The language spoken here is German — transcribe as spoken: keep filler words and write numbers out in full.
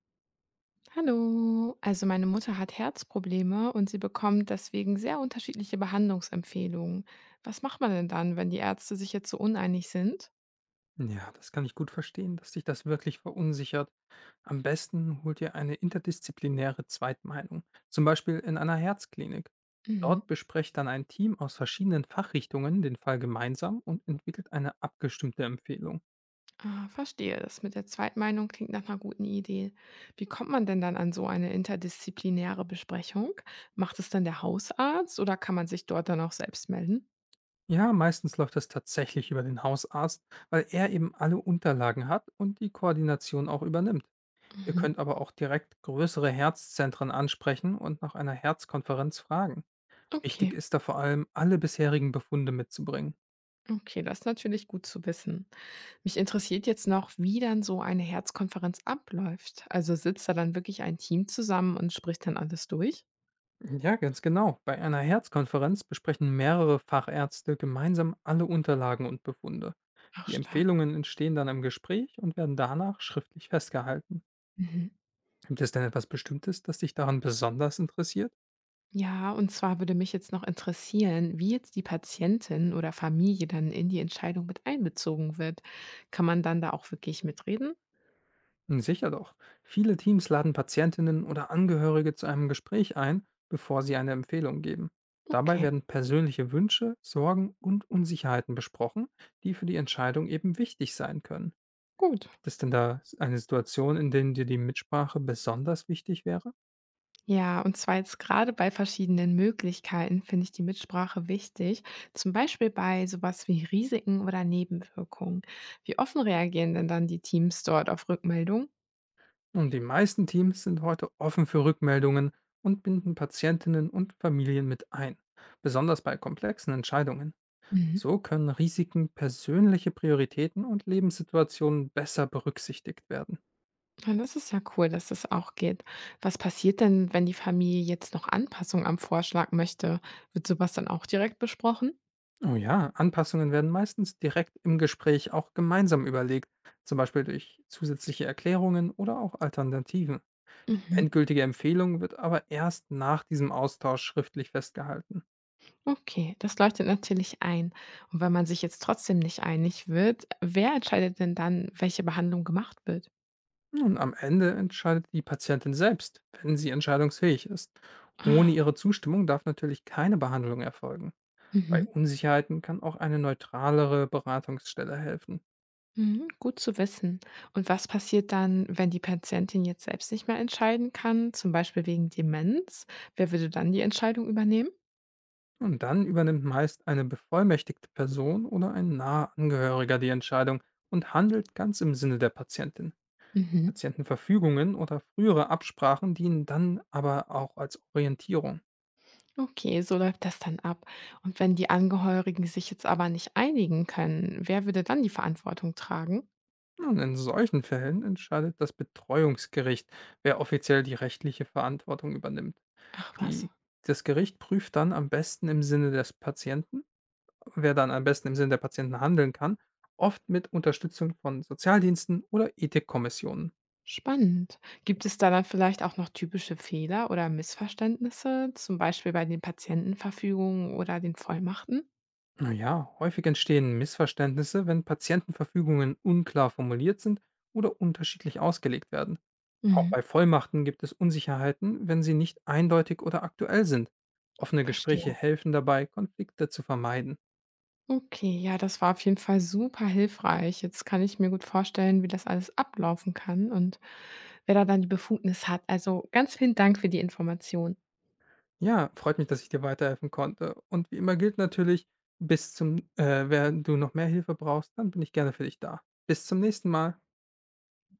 Hallo, also meine Mutter hat Herzprobleme und sie bekommt deswegen sehr unterschiedliche Behandlungsempfehlungen. Was macht man denn dann, wenn die Ärzte sich jetzt so uneinig sind? Ja, das kann ich gut verstehen, dass dich das wirklich verunsichert. Am besten holt ihr eine interdisziplinäre Zweitmeinung, zum Beispiel in einer Herzklinik. Mhm. Dort besprecht dann ein Team aus verschiedenen Fachrichtungen den Fall gemeinsam und entwickelt eine abgestimmte Empfehlung. Ah, verstehe, das mit der Zweitmeinung klingt nach einer guten Idee. Wie kommt man denn dann an so eine interdisziplinäre Besprechung? Macht es dann der Hausarzt oder kann man sich dort dann auch selbst melden? Ja, meistens läuft das tatsächlich über den Hausarzt, weil er eben alle Unterlagen hat und die Koordination auch übernimmt. Ihr Mhm. könnt aber auch direkt größere Herzzentren ansprechen und nach einer Herzkonferenz fragen. Wichtig Okay, ist da vor allem, alle bisherigen Befunde mitzubringen. okay, das ist natürlich gut zu wissen. Mich interessiert jetzt noch, wie dann so eine Herzkonferenz abläuft. Also sitzt da dann wirklich ein Team zusammen und spricht dann alles durch? Ja, ganz genau. Bei einer Herzkonferenz besprechen mehrere Fachärzte gemeinsam alle Unterlagen und Befunde. Ach, Die stark. Empfehlungen entstehen dann im Gespräch und werden danach schriftlich festgehalten. Mhm. Gibt es denn etwas Bestimmtes, das dich daran besonders interessiert? Ja, und zwar würde mich jetzt noch interessieren, wie jetzt die Patientin oder Familie dann in die Entscheidung mit einbezogen wird. Kann man dann da auch wirklich mitreden? Hm, sicher doch. Viele Teams laden Patientinnen oder Angehörige zu einem Gespräch ein, bevor sie eine Empfehlung geben. Dabei Okay, werden persönliche Wünsche, Sorgen und Unsicherheiten besprochen, die für die Entscheidung eben wichtig sein können. gut. Gibt es denn da eine Situation, in der dir die Mitsprache besonders wichtig wäre? Ja, und zwar jetzt gerade bei verschiedenen Möglichkeiten finde ich die Mitsprache wichtig. Zum Beispiel bei sowas wie Risiken oder Nebenwirkungen. Wie offen reagieren denn dann die Teams dort auf Rückmeldung? Und die meisten Teams sind heute offen für Rückmeldungen und binden Patientinnen und Familien mit ein, besonders bei komplexen Entscheidungen. Mhm. So können Risiken, persönliche Prioritäten und Lebenssituationen besser berücksichtigt werden. Ja, das ist ja cool, dass das auch geht. Was passiert denn, wenn die Familie jetzt noch Anpassung am Vorschlag möchte? Wird sowas dann auch direkt besprochen? Oh ja, Anpassungen werden meistens direkt im Gespräch auch gemeinsam überlegt, zum Beispiel durch zusätzliche Erklärungen oder auch Alternativen. Die Mhm. endgültige Empfehlung wird aber erst nach diesem Austausch schriftlich festgehalten. Okay, das leuchtet natürlich ein. Und wenn man sich jetzt trotzdem nicht einig wird, wer entscheidet denn dann, welche Behandlung gemacht wird? Und am Ende entscheidet die Patientin selbst, wenn sie entscheidungsfähig ist. Ohne Ah, ihre Zustimmung darf natürlich keine Behandlung erfolgen. Bei mhm. Unsicherheiten kann auch eine neutralere Beratungsstelle helfen. Mhm, gut zu wissen. Und was passiert dann, wenn die Patientin jetzt selbst nicht mehr entscheiden kann, zum Beispiel wegen Demenz? Wer würde dann die Entscheidung übernehmen? Und dann übernimmt meist eine bevollmächtigte Person oder ein naher Angehöriger die Entscheidung und handelt ganz im Sinne der Patientin. Mhm. Patientenverfügungen oder frühere Absprachen dienen dann aber auch als Orientierung. Okay, so läuft das dann ab. Und wenn die Angehörigen sich jetzt aber nicht einigen können, wer würde dann die Verantwortung tragen? Und in solchen Fällen entscheidet das Betreuungsgericht, wer offiziell die rechtliche Verantwortung übernimmt. Ach was, Die, Das Gericht prüft dann am besten im Sinne des Patienten, wer dann am besten im Sinne der Patienten handeln kann, oft mit Unterstützung von Sozialdiensten oder Ethikkommissionen. spannend. Gibt es da dann vielleicht auch noch typische Fehler oder Missverständnisse, zum Beispiel bei den Patientenverfügungen oder den Vollmachten? Naja, häufig entstehen Missverständnisse, wenn Patientenverfügungen unklar formuliert sind oder unterschiedlich ausgelegt werden. Auch Mhm. bei Vollmachten gibt es Unsicherheiten, wenn sie nicht eindeutig oder aktuell sind. Offene Gespräche Verstehe. helfen dabei, Konflikte zu vermeiden. Okay, ja, das war auf jeden Fall super hilfreich. Jetzt kann ich mir gut vorstellen, wie das alles ablaufen kann und wer da dann die Befugnis hat. Also ganz vielen Dank für die Information. Ja, freut mich, dass ich dir weiterhelfen konnte. Und wie immer gilt natürlich, bis zum, äh, wenn du noch mehr Hilfe brauchst, dann bin ich gerne für dich da. Bis zum nächsten Mal.